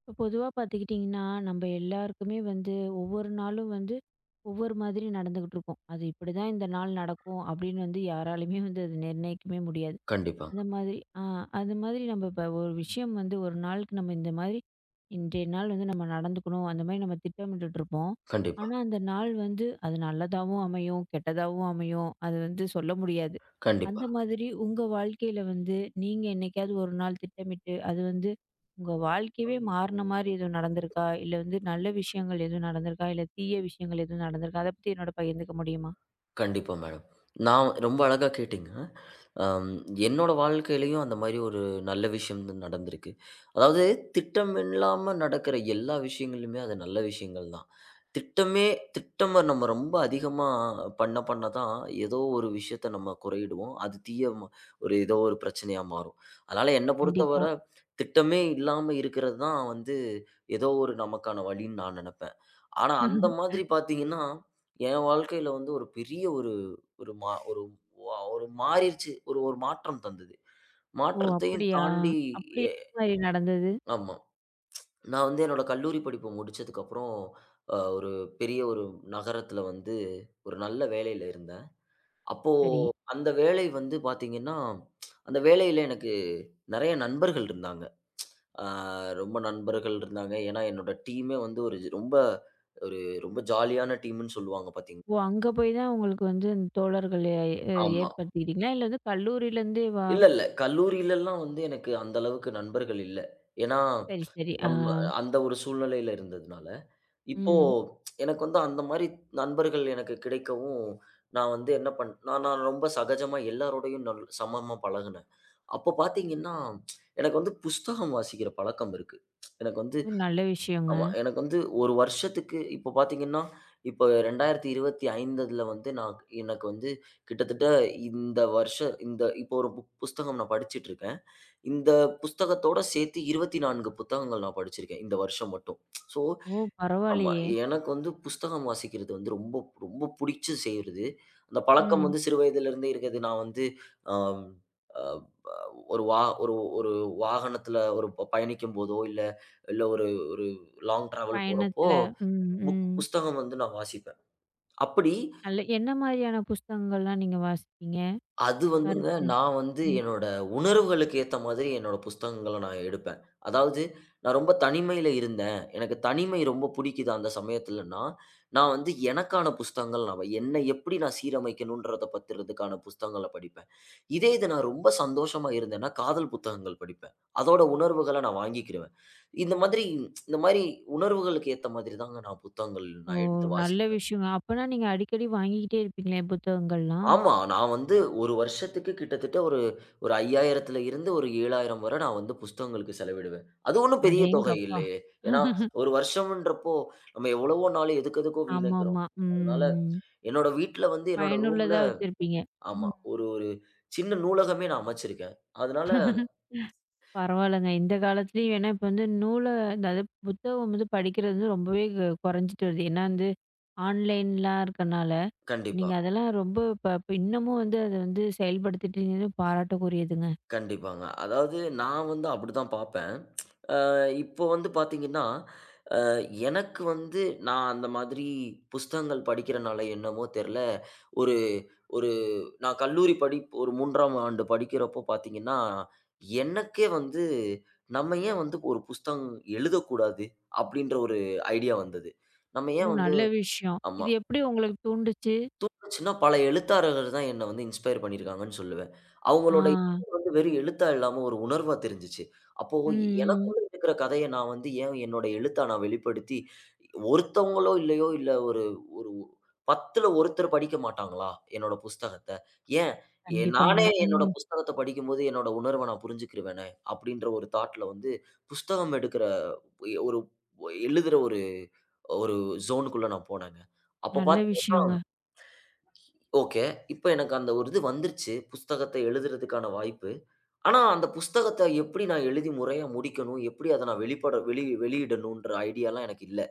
இப்போ பொதுவாக பார்த்துக்கிட்டிங்கன்னா நம்ம எல்லாருக்குமே வந்து ஒவ்வொரு நாளும் வந்து ஒவ்வொரு மாதிரி நடந்துக்கிட்டு இருக்கோம். அது இப்படி தான் இந்த நாள் நடக்கும் அப்படின்னு வந்து யாராலையுமே வந்து அது நிர்ணயிக்கவே முடியாது. கண்டிப்பாங்க. அந்த மாதிரி ஆ அது மாதிரி நம்ம இப்ப ஒரு விஷயம் வந்து ஒரு நாளுக்கு நம்ம இந்த மாதிரி இன்றைய நாள் வந்து நம்ம நடந்துக்கணும் அந்த மாதிரி நம்ம திட்டமிட்டுட்டு இருப்போம். கண்டிப்பா, ஆனா அந்த நாள் வந்து அது நல்லதாவும் அமையும், கெட்டதாவும் அமையும். அது வந்து சொல்ல முடியாது. கண்டிப்பா, அந்த மாதிரி உங்க வாழ்க்கையில வந்து நீங்க என்னைக்காவது ஒரு நாள் திட்டமிட்டு அது வந்து உங்க வாழ்க்கையவே மாறின மாதிரி எதுவும் நடந்திருக்கா? இல்ல வந்து நல்ல விஷயங்கள் எதுவும் நடந்திருக்கா? இல்ல தீய விஷயங்கள் எதுவும் நடந்திருக்கா? அத பத்தி என்னோட பகிர்ந்துக்க முடியுமா? கண்டிப்பா மேடம். நான் ரொம்ப அழகா கேட்டீங்க. அம் என்னோட வாழ்க்கையிலயும் அந்த மாரி ஒரு நல்ல விஷயம் வந்து நடந்திருக்கு. அதாவது திட்டமில்லாம நடக்கிற எல்லா விஷயங்களுமே அது நல்ல விஷயங்கள் தான். திட்டமே திட்டம நம்ம ரொம்ப அதிகமா பண்ண பண்ண தான் ஏதோ ஒரு விஷயத்த நம்ம குறையிடுவோம். அது தீய ம ஒரு ஏதோ ஒரு பிரச்சனையா மாறும். அதனால என்ன பொறுத்தவர கண்டிப்பா. திட்டமே இல்லாம இருக்கிறது தான் வந்து ஏதோ ஒரு நமக்கான வழின்னு நான் நெனப்பேன். ஆனா, அந்த மாதிரி பார்த்தீங்கன்னா, என் வாழ்க்கையில வந்து ஒரு பெரிய ஒரு ஒரு மா ஒரு வா ஒரு மாறிருச்சு. ஒரு ஒரு மாற்றம் தந்தது. ஓ! மாற்றத்தையும் அப்படியா? தாண்டி அப்படி எ எந்த மாதிரி நடந்தது? ஆமா. நான் வந்து என்னோட கல்லூரி படிப்பு முடிச்சதுக்கப்புறம், ஒரு பெரிய ஒரு நகரத்தில வந்து ஒரு நல்ல வேலையில இருந்தேன். அப்போ சரி. அந்த வேலை வந்து பார்த்தீங்கன்னா, அந்த வேலையில எனக்கு நெறைய நண்பர்கள் இருந்தாங்க. ஆ ரொம்ப நண்பர்கள் இருந்தாங்க. ஏன்னா, என்னோட டீமே வந்து ஒரு ரொம்ப ஜாலியான டீம்ன்னு சொல்லுவாங்க பார்த்தீங்க ஓ! அங்க போய் தான் உங்களுக்கு வந்து இந்த தோழர்கள் ஆமா. ஏற்படுத்திக்கிட்டீங்களா? இல்ல வந்து கல்லூரியிலேருந்தே? இல்ல, இல்ல. கல்லூரியிலலாம் வந்து எனக்கு அந்த அளவுக்கு நண்பர்கள் இல்ல. ஏன்னா, சரி, சரி. ஆ. நம்ம அந்த ஒரு சூழ்நிலையில இருந்ததுனால, இப்போ ம். எனக்கு வந்து அந்த மாரி நண்பர்கள் எனக்கு கிடைக்கவும், நான் வந்து என்ன பண் நான் நான் ரொம்ப சகஜமா எல்லாரோடையும் சமமா பழகுனேன். அப்ப பார்த்தீங்கன்னா, எனக்கு வந்து புஸ்தகம் வாசிக்கிற பழக்கம் இருக்கு. எனக்கு வந்து ஒரு நல்ல விஷயங்க. ஆமா. எனக்கு வந்து 1 வருஷத்துக்கு இப்போ பார்த்தீங்கன்னா, இப்போ 2025 வந்து நான் எனக்கு வந்து கிட்டத்தட்ட இந்த வருஷம் இந்த இப்போ ஒரு புஸ்தகம் நான் படிச்சுட்டு இருக்கேன். இந்த புஸ்தகத்தோட சேர்த்து 24 புத்தகங்கள் நான் படிச்சிருக்கேன், இந்த வருஷம் மட்டும். ஸோ ஓ! ஆமா. பரவாயில்லையே! எனக்கு வந்து புஸ்தகம் வாசிக்கிறது வந்து ரொம்ப ரொம்ப புடிச்சு செய்றது. அந்த பழக்கம் ம். வந்து சிறு வயதிலிருந்தே இருக்குது. நான் வந்து அம் அ ப ஒரு வா ஒரு ஒரு வாகனத்துல ஒரு பயணிக்கும்போதோ, இல்ல, இல்ல, ஒரு ஒரு லாங் டிராவல் போறப்போ, பயணத்துல. ம், ம். புஸ்தகம் வந்து நான் வாசிப்பேன். அப்படி நல்ல, என்ன மாதிரியான புஸ்தகங்கள்லாம் நீங்க வாசிப்பீங்க? அது வந்துங்க, கருத்து. நான் வந்து ம். என்னோட உணர்வுகளுக்கு ஏத்த மாதிரி என்னோட புஸ்தகங்கள நான் எடுப்பேன். அதாவது நான் ரொம்ப தனிமையில இருந்தேன். எனக்கு தனிமை ரொம்ப புடிக்குது அந்த சமயத்துலன்னா, நான் வந்து எனக்கான புஸ்தகங்கள் நான் என்னை எப்படி நான் சீரமைக்கணுன்றத பத்துறதுக்கான புஸ்தகங்கள படிப்பேன். இது நான் ரொம்ப சந்தோஷமா இருந்தேன்னா, காதல் புத்தகங்கள் படிப்பேன். அதோட உணர்வுகள நான் வாங்கிக்கிருவேன். இந்த மாதிரி இந்த மாதிரி உணர்வுகளுக்கு ஏத்த மாதிரி தாங்க நான் புத்தகங்கள் ஓ! நான் எடுத்து நல்ல வாசிப்பேன். விஷயங்க. அப்பன்னா நீங்க அடிக்கடி வாங்கிக்கிட்டே இருப்பீங்களே புத்தகங்கள்லாம்? ஆமா. நான் வந்து 1 வருஷத்துக்கு கிட்டத்தட்ட ஒரு ஒரு 5,000த்துல இருந்து ஒரு 7,000 வரை நான் வந்து புஸ்தகங்களுக்கு செலவிடுவேன். அது ஒண்ணும் பெரிய தொகை அடேங்கப்பா! இல்லையே! ஏன்னா, 1 வருஷம்ன்றப்போ நம்ம எவ்வளவோ நாள் எதுக்கு எதுக்கோ வீணடிக்கிறோம். ஆமாமா. அதனால ம். என்னோட வீட்ல வந்து என்னோட ரூம்ல பயனுள்ளதா வச்சிருப்பீங்க. ஆமா. ம். ஒரு ஒரு சின்ன நூலகமே நான் அமைச்சிருக்கேன். அதனால பரவாயில்லங்க. இந்த காலத்துலயும் ஏன்னா இப்ப வந்து அதாவது புத்தகம் வந்து படிக்கிறது வந்து ரொம்பவே குறைஞ்சிட்டு வருது. ஏன்னா வந்து ஆன்லைன்லாம் இருக்கனால, இப்ப கண்டிப்பா, நீங்க அதெல்லாம் ரொம்ப இப்ப இப்ப இன்னமும் வந்து அத வந்து செயல்படுத்திட்டீங்கன்னு பாராட்டக்கூடியதுங்க. கண்டிப்பாங்க. அதாவது நான் வந்து அப்படிதான் பார்ப்பேன். இப்போ வந்து பார்த்தீங்கன்னா, அ எனக்கு வந்து நான் அந்த மாதிரி புஸ்தகங்கள் படிக்கிறனால என்னமோ தெர்ல, ஒரு ஒரு நான் கல்லூரி படிப்பு ஒரு 3ஆம் ஆண்டு படிக்கிறப்போ பார்த்தீங்கன்னா, எனக்கே வந்து நம்ம ஏன் வந்து ஒரு புஸ்தகம் எழுதக்கூடாது? அப்டின்ற ஒரு ஐடியா வந்தது. நம்ம ஓ! ஏன் வந்து நல்ல விஷயம். ஆமா. இது எப்படி உங்களுக்கு தூண்டுச்சு? தோணுச்சுன்னா, பல எழுத்தாளர்கள் தான் என்ன வந்து இன்ஸ்பயர் பண்ணியிருக்காங்கன்னு சொல்லுவேன். ஆ. அவங்களோட இது வந்து வெறும் எழுத்தா இல்லாம ஒரு உணர்வா தெரிஞ்சுச்சு. அப்போ ம், ம். எனக்குள்ள இருக்கிற கதைய நான் வந்து ஏன் என்னோட எழுத்தா நான் வெளிப்படுத்தி, ஒருத்தவங்களோ இல்லையோ, இல்ல ஒரு ஒரு 10ல ஒருத்தர் படிக்க மாட்டாங்களா? என்னோட புஸ்தகத்த. ஏன் கண்டிப்பாங்க. நானே என்னோட ம். புஸ்தகத்த படிக்கும்போது என்னோட உணர்வ நான் புரிஞ்சுக்கிருவேனே! அப்பிடின்ற ஒரு தாட்ல வந்து புஸ்தகம் எடுக்கிற ஒரு எழுதுற ஒரு ஒரு ஜோனுக்குள்ள நான் போனேங்க. அப்ப நல்ல பாத்தீங்கன்னா விஷயங்க. ஓகே. இப்ப எனக்கு அந்த ஒரு இது வந்துருச்சு. புஸ்தகத்த எழுதுறதுக்கான வாய்ப்பு. ஆனா, அந்த புஸ்தகத்த எப்படி நான் எழுதி முறையா முடிக்கணும்? எப்படி அத நான் வெளிப்பட வெளி வெளியிடணுன்ற ஐடியாலாம் எனக்கு இல்ல.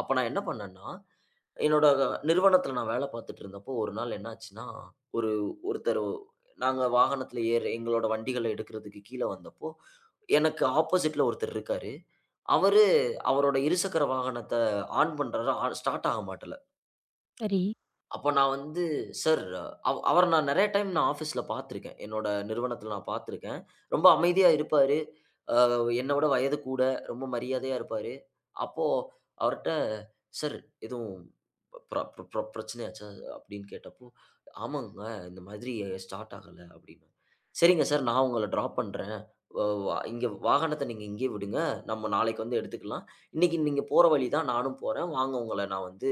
அப்ப நான் என்ன பண்ணேன்னா, என்னோட நிறுவனத்துல நான் வேலை பார்த்துட்டு இருந்தப்போ, ஒரு நாள் என்னாச்சுன்னா, ஒரு ஒருத்தர் நாங்க வாகனத்துல ஏற எங்களோட வண்டிகள எடுக்கிறதுக்கு கீழ வந்தப்போ, எனக்கு ஆப்போசிட்ல ஒருத்தர் இருக்காரு. அவரு அவரோட இருசக்கர வாகனத்த ஆன் பண்றாரு. ஆன் ஸ்டார்ட் ஆக மாட்டல. சரி. அப்ப நான் வந்து, "சார்" அவர நான் நெறைய டைம் நான் ஆஃபீஸ்ல பார்த்துருக்கேன். என்னோட நிறுவனத்தில நான் பார்த்துருக்கேன். ரொம்ப அமைதியா இருப்பாரு. அ என்ன விட வயது கூட, ரொம்ப மரியாதையா இருப்பாரு. அப்போ அவர்ட்ட, "சார் எதுவும் பிர பிர பிர பிரச்சனையாச்சா?" அப்படின்னு கேட்டப்போ, "ஆமாங்க, இந்த மாதிரி ஸ்டார்ட் ஆகல" அப்படின்னு. "சரிங்க சார், நான் உங்கள ட்ராப் பண்றேன். வ வ இங்க வாகனத்த நீங்க இங்கேயே விடுங்க. நம்ம நாளைக்கு வந்து எடுத்துக்கலாம். இன்னைக்கு நீங்க போற வழி தான் நானும் போறேன். வாங்க உங்கள நான் வந்து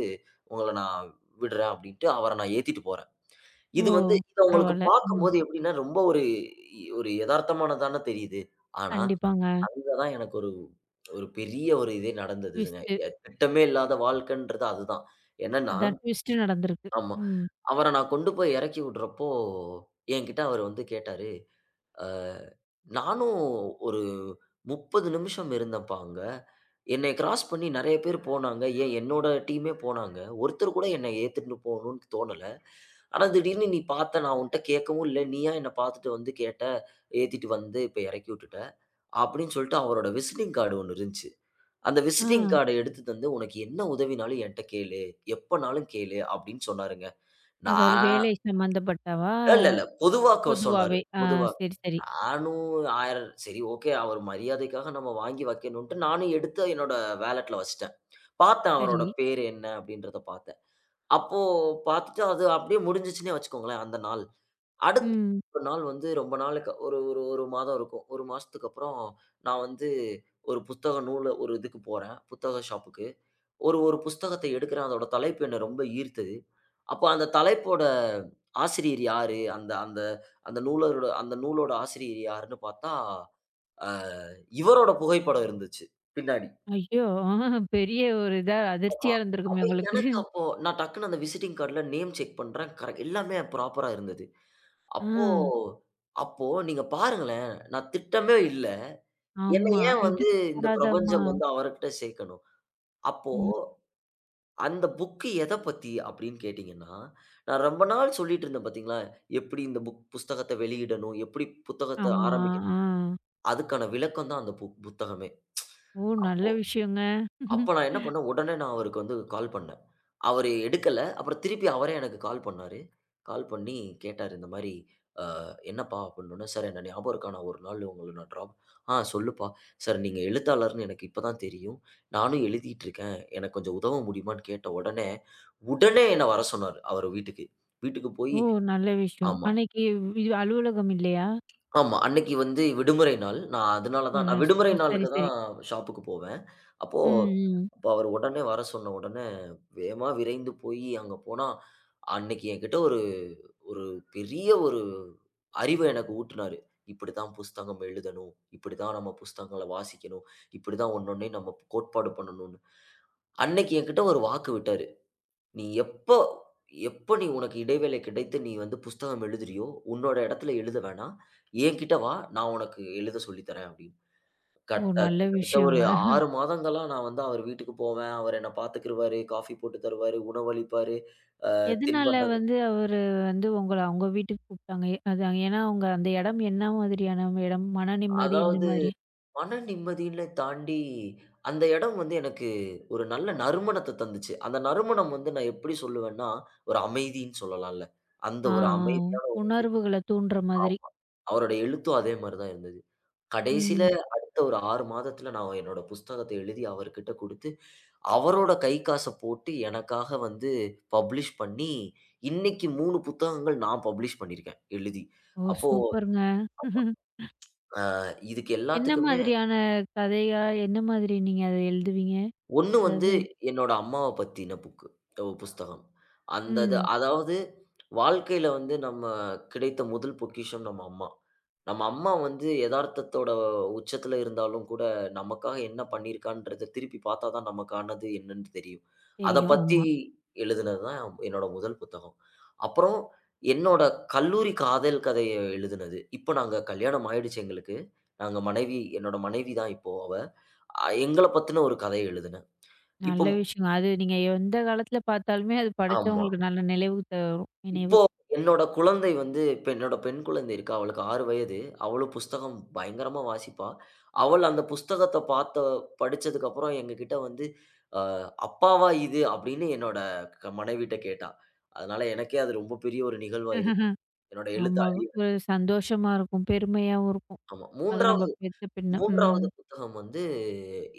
உங்கள நான் விடுறேன் அப்படின்ட்டு அவர நான் ஏத்திட்டு போறேன். ஓ! இது அவங்களுக்கு பரவால்ல. ம். பார்க்கும்போது எப்படின்னா, ரொம்ப ஒரு ஒரு எதார்த்தமானதான தெரியுது. ஆனா, கண்டிப்பாங்க. அங்க தான் எனக்கு ஒரு ஒரு பெரிய ஒரு இதே நடந்ததுங்க. ட்விஸ்ட்டு. திட்டமே இல்லாத வாழ்க்கைன்றது அதுதான். என்னன்னா அதான் ட்விஸ்ட்டு நடந்திருக்கு. ஆமா. ம். அவர நான் கொண்டு போய் இறக்கி விடுறப்போ, என்கிட்ட அவரு வந்து கேட்டாரு, "அ நானும் ஒரு 30 நிமிஷம் இருந்தேன்ப்பா அங்க. என்னைய கிராஸ் பண்ணி நெறைய பேர் போனாங்க. ஏன் என்னோட டீமே போனாங்க. ஒருத்தர் கூட என்னை ஏத்துட்டு போணும்னு தோணல." ஆனா, திடீர்னு நீ பார்த்த நான் உன்ட்ட கேட்கவும் இல்ல. நீயா என்ன பார்த்துட்டு வந்து கேட்ட, ஏத்திட்டு வந்து இப்ப இறக்கி விட்டுட்ட. அப்படின்னு சொல்லிட்டு அவரோட விசிட்டிங் கார்டு ஒண்ணு இருந்துச்சு. அந்த விசிட்டிங் ஆ. கார்ட எடுத்து தந்து, "உனக்கு என்ன உதவினாலும் என்ட்ட கேளு. எப்பனாலும் கேளு" அப்படின்னு சொன்னாருங்க. அதாவது நான் வேலை சம்மந்தப்பட்டவா? இல்ல, இல்ல. பொதுவா சொன்னாரு. பொதுவாவே. ஆ. பொதுவா. சரி, சரி, நானும் 1000 சரி ஓகே. அவர் மரியாதைக்காக நம்ம வாங்கி வைக்கணுன்ட்டு நானும் எடுத்து என்னோட வாலெட்ல வச்சுட்டேன். பார்த்தேன் சரி. அவரோட பேரு என்ன அப்படின்றத பார்த்தேன். அப்போ பார்த்துட்டு அது அப்படியே முடிஞ்சுச்சுன்னே வச்சுக்கோங்களேன் அந்த நாள். அடுத்த ம். ஒரு நாள் வந்து ரொம்ப நாளுக்கு ஒரு ஒரு ஒரு மாதம் இருக்கும். 1 மாசத்துக்கு அப்புறம் நான் வந்து ஒரு புத்தக நூல ஒரு இதுக்கு போறேன். புத்தக ஷாப்புக்கு. ஒரு ஒரு புஸ்தகத்த எடுக்கிறேன். அதோட தலைப்பு என்ன ரொம்ப ஈர்த்தது. அப்போ அந்த தலைப்போட ஆசிரியர் யாரு? அந்த அந்த அந்த நூலரோட அந்த நூலோட ஆசிரியர் யாருன்னு பார்த்தா, அ இவரோட புகைப்படம் இருந்துச்சு பின்னாடி. ஐயோ! பெரிய ஒரு இதா, ஆமா. அதிர்ச்சியா அப்ப இருந்திருக்குமே உங்களுக்கு. எனக்கு அப்போ நான் டக்குனு அந்த விசிட்டிங் கார்டுல நேம் செக் பண்றேன். கரெக்ட் எல்லாமே ப்ராப்பரா இருந்தது. ஆ, அப் அப்போ நீங்க பாருங்களேன், நான் திட்டமே இல்ல. என்ன ஆமா. ஏன் வந்து இந்த எதிர்பாராதமா. பிரபஞ்சம் வந்து அவர்கிட்ட சேர்க்கணும்? அப்போ ம். அந்த புக் எத பத்தி அப்படின்னு கேட்டீங்கன்னா, நான் ரொம்ப நாள் சொல்லிட்டு இருந்தேன் பார்த்தீங்களா, எப்படி இந்த புஸ்தகத்த வெளியிடணும்? எப்படி புத்தகத்த ஆமா. ஆரம்பிக்கணும்? ஆ. அதுக்கான விளக்கம் தான் அந்த புத்தகமே. ஓ! நல்ல அப்போ விஷயங்க. அப்ப நான் என்ன பண்ணேன், உடனே நான் அவருக்கு வந்து கால் பண்ணேன். அவரு எடுக்கல. அப்புறம் திருப்பி அவரே எனக்கு கால் பண்ணாரு. கால் பண்ணி கேட்டாரு இந்த மாரி, "அ என்னப்பா?" அப்படின்னோனே, "சார் என்ன ஞாபகம் இருக்கா? நான் ஒரு நாள் உங்கள நான் ட்ராப்" "ஆ சொல்லுப்பா. சார் நீங்க எழுத்தாளர்ன்னு எனக்கு இப்ப தான் தெரியும். நானும் எழுதிட்டு இருக்கேன். எனக்கு கொஞ்சம் உதவ முடியுமான்னு?" கேட்ட உடனே, உடனே என்ன வர சொன்னாரு அவரு வீட்டுக்கு. வீட்டுக்கு போய் ஓ! நல்ல விஷயம். ஆமா, அன்னைக்கு அலுவலகம் இல்லையா? ஆமா. அன்னைக்கு வந்து விடுமுறை நாள். நான் அதனால ஓ, தான் நான் விடுமுறை ஓ, சரி, நாளுக்கு சரி. தான் ஷாப்புக்கு போவேன். ம், அப்போ ம். அப்ப அவரு உடனே வர சொன்ன உடனே, வேகமா விரைந்து போய் அங்க போனா அன்னைக்கு என்கிட்ட ஒரு ஒரு பெரிய ஒரு அறிவ எனக்கு ஊட்டுனாரு. இப்படித்தான் புஸ்தகம் எழுதணும். இப்படித்தான் நம்ம புஸ்தகங்கள வாசிக்கணும். இப்படித்தான் ஒண்ணொண்ணையும் நம்ம கோட்பாடு பண்ணணும்னு. அன்னைக்கு என்கிட்ட ஒரு வாக்கு விட்டாரு. "நீ எப்ப எப்ப நீ உனக்கு இடைவேளை கிடைத்து நீ வந்து புஸ்தகம் எழுதுறியோ, உன்னோட இடத்துல எழுத வேணாம். என்கிட்ட வா. நான் உனக்கு எழுத சொல்லி தரேன்" அப்படின்னு. ஓ! நல்ல கிட்டத்தட்ட ஒரு விஷயங்க. 6 மாதங்களா நான் வந்து அவர் வீட்டுக்கு போவேன். அவர் என்ன பார்த்துக்கிருவாரு. காஃபி போட்டு தருவாரு. உணவளிப்பாரு. எதனால தின்பண்டங்கள் வந்து அவரு வந்து உங்கள அவங்க வீட்டுக்கு கூப்பிட்டாங்க? அது, ஏன்னா அவங்க அந்த இடம் என்ன மாதிரியான இடம்? மன நிம்மதி இந்த அதாவது மாதிரி? மன நிம்மதியில தாண்டி, அந்த இடம் வந்து எனக்கு ஒரு நல்ல நறுமணத்த தந்துச்சு. அந்த நறுமணம் வந்து நான் எப்படி சொல்லுவேன்னா, ஒரு அமைதின்னு சொல்லலாம்ல. அந்த ஆ, ஒரு ஆமா. ஆ. அமைதியான உணர்வுகள தூண்டுற மாதிரி. அவரோட எழுத்தும் அதே மாரி தான் இருந்தது. கடைசியில ம். அடுத்த ஒரு 6 மாதத்துல நான் என்னோட புஸ்தகத்த எழுதி அவர்கிட்ட குடுத்து, அவரோட கை காச போட்டு எனக்காக வந்து பப்ளிஷ் பண்ணி, இன்னைக்கு 3 புத்தகங்கள் நான் பப்ளிஷ் பண்ணியிருக்கேன், எழுதி. ஓ! அப்போ சூப்பருங்க. இதுக்கு என்ன எல்லாத்துக்குமே மாதிரியான கதையா? என்ன மாதிரி நீங்க அத எழுதுவீங்க? ஒண்ணு வந்து அதாவது என்னோட அம்மாவ பத்தின புஸ்தகம். அந்த இது ம். அதாவது வாழ்க்கையில வந்து நம்ம கிடைத்த முதல் பொக்கிஷம் நம்ம அம்மா. நம்ம அம்மா வந்து எதார்த்தத்தோட உச்சத்துல இருந்தாலும் கூட, நமக்காக என்ன பண்ணியிருக்கான்றத திருப்பி பாத்தா தான் நமக்கானது என்னன்னு தெரியும். அத தெரியும். பத்தி ஆமா. எழுதுனது தான் என்னோட முதல் புத்தகம். அப்புறம் என்னோட கல்லூரி காதல் கதைய எழுதுனது. இப்போ நாங்க கல்யாணம் ஆயிடுச்சு எங்களுக்கு. நாங்க மனைவி என்னோட மனைவி தான் இப்போ அவ. எங்கள பத்தின ஒரு கதை எழுதுனேன். இப்போ நல்ல விஷயங்க. அது நீங்க எந்த காலத்துல பார்த்தாலுமே அது ஆமா. படிச்சவங்களுக்கு நல்ல நினைவு தரும். இப்போ நினைவு. என்னோட குழந்தை வந்து இப்ப என்னோட பெண் குழந்தை இருக்கா. அவளுக்கு 6 வயது. அவளும் புஸ்தகம் பயங்கரமா வாசிப்பா. அவள் அந்த புஸ்தகத்த படிச்சதுக்கு அப்புறம் எங்ககிட்ட வந்து, அ "அப்பாவா இது?" அப்படின்னு என்னோட மனைவிட்ட கேட்டா. அதனால எனக்கே அது ரொம்ப பெரிய ஒரு நிகழ்வா இருந்தது. என்னோட எழுத்து ஆமா. அழியறது. ஒரு சந்தோஷமா இருக்கும். பெருமையாவும் இருக்கும். ஆமா. அதுவும் நம்ம பெத்த பின்ன. ம். 3வது புத்தகம் வந்து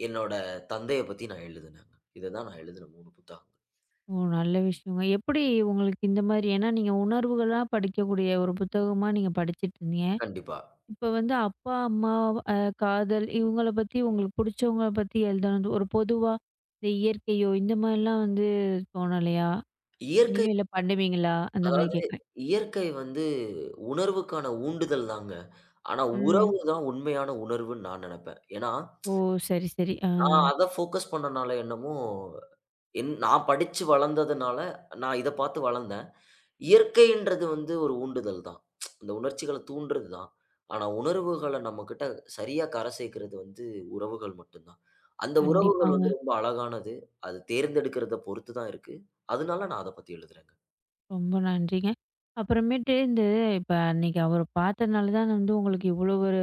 என்னோட தந்தைய பத்தி நான் எழுதுனேங்க. இத தான் நான் எழுதுன 3 புத்தகங்கள். ஓ! நல்ல விஷயங்க. எப்படி உங்களுக்கு இந்த மாரி, ஏன்னா நீங்க உணர்வுகளா படிக்கக்கூடிய ஒரு புத்தகமா நீங்க படிச்சுட்டு இருந்தீங்க. கண்டிப்பா. இப்ப வந்து அப்பா, அம்மா, அ காதல், இவங்கள பத்தி உங்களுக்கு புடிச்சவங்கள பத்தி எழுதனது ஒரு பொதுவா, இந்த இயற்கையோ இந்த மாரிலாம் வந்து தோணலையா? இயற்கை இனிமேல பண்ணுவீங்களா? அந்த மாரி அதாவது கேட்குறேன். இயற்கை வந்து உணர்வுக்கான ஊண்டுதல் தாங்க. ஆனா ம். உறவு தான் உண்மையான உணர்வுன்னு நான் நெனப்பேன். ஏன்னா, ஓ! சரி, சரி. ஆ. நான் அத ஃபோக்கஸ் பண்ணனால என்னமோ, நான் படிச்சு வளர்ந்ததுனால, நான் இத பார்த்து வளர்ந்தேன். இயற்கைன்றது வந்து ஒரு ஊண்டுதல் தான். அந்த உணர்ச்சிகள தூண்டுறது தான். ஆனா உணர்வுகள நம்மகிட்ட சரியா கரை சேர்க்கிறது வந்து உறவுகள் மட்டும் தான். அந்த உறவு கண்டிப்பாங்க. ரொம்ப அழகானது. அது தேர்ந்தெடுக்கிறத பொறுத்து தான் இருக்கு. அதனால நான் அத பத்தி எழுதுறேங்க. ரொம்ப நன்றிங்க. அப்புறமேட்டு இந்த இப்ப அன்னைக்கு அவர பார்த்தனால தான் வந்து உங்களுக்கு இவ்வளோ ஒரு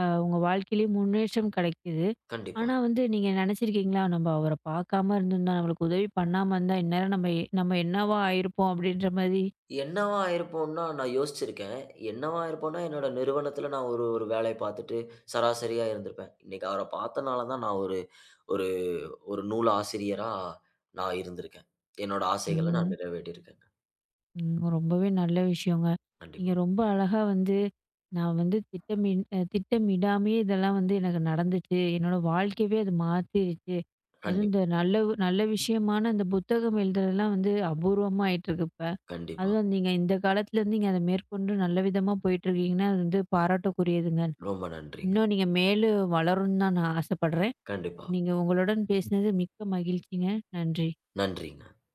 உங்க வாழ்க்கையிலயே முன்னேற்றம் கிடைக்குது. கண்டிப்பா. ஆனா வந்து நீங்க நெனச்சிருக்கீங்களா? "நம்ப அவர பார்க்காம இருந்திருந்தா, நம்மளுக்கு உதவி பண்ணாம இருந்தா, இந்நேரம் நம்ம என்னவா ஆயிருப்போம்?" அப்படின்ற மாரி? என்னவா இருப்போம்ன்னா, நான் யோசிச்சிருக்கேன். என்னவா இருப்போம்ன்னா, என்னோட நிறுவனத்தில நான் ஒரு ஒரு வேலைய பார்த்துட்டு சராசரியா இருந்திருப்பேன். இன்னைக்கு அவர பார்த்தனால தான் நான் ஒரு ஒரு ஒரு நூல் ஆசிரியரா நான் இருந்திருக்கேன். என்னோட ஆசைகள நான் ம். நிறைவேற்றியிருக்கேங்க. ம். ரொம்பவே நல்ல விஷயங்க. நீங்க கண்டிப்பா, ரொம்ப அழகா வந்து, நான் வந்து திட்டமின் அ திட்டமிடாமயே இதெல்லாம் வந்து எனக்கு நடந்துச்சு. என்னோட வாழ்க்கையவே அது மாத்திருச்சு. அதுவும் கண்டிப் இந்த நல்ல, நல்ல விஷயமான இந்த புத்தகம் எழுதுறதெல்லாம் வந்து அபூர்வமா ஆயிட்டுருக்கு இப்ப. கண்டிப்பா. அதுவும் நீங்க இந்த காலத்துலேருந்து நீங்க அத மேற்கொண்டு நல்ல விதமா போயிட்டுருக்கீங்கன்னா, அது வந்து பாராட்டக்கூடியதுங்க. ரொம்ப நன்றிங்க. இன்னும் நீங்க மேலும் வளரும்னு தான் நான் ஆசைப்படுறேன். கண்டிப்பா. நீங்க உங்களுடன் பேசினது மிக்க மகிழ்ச்சிங்க. நன்றி. நன்றிங்க.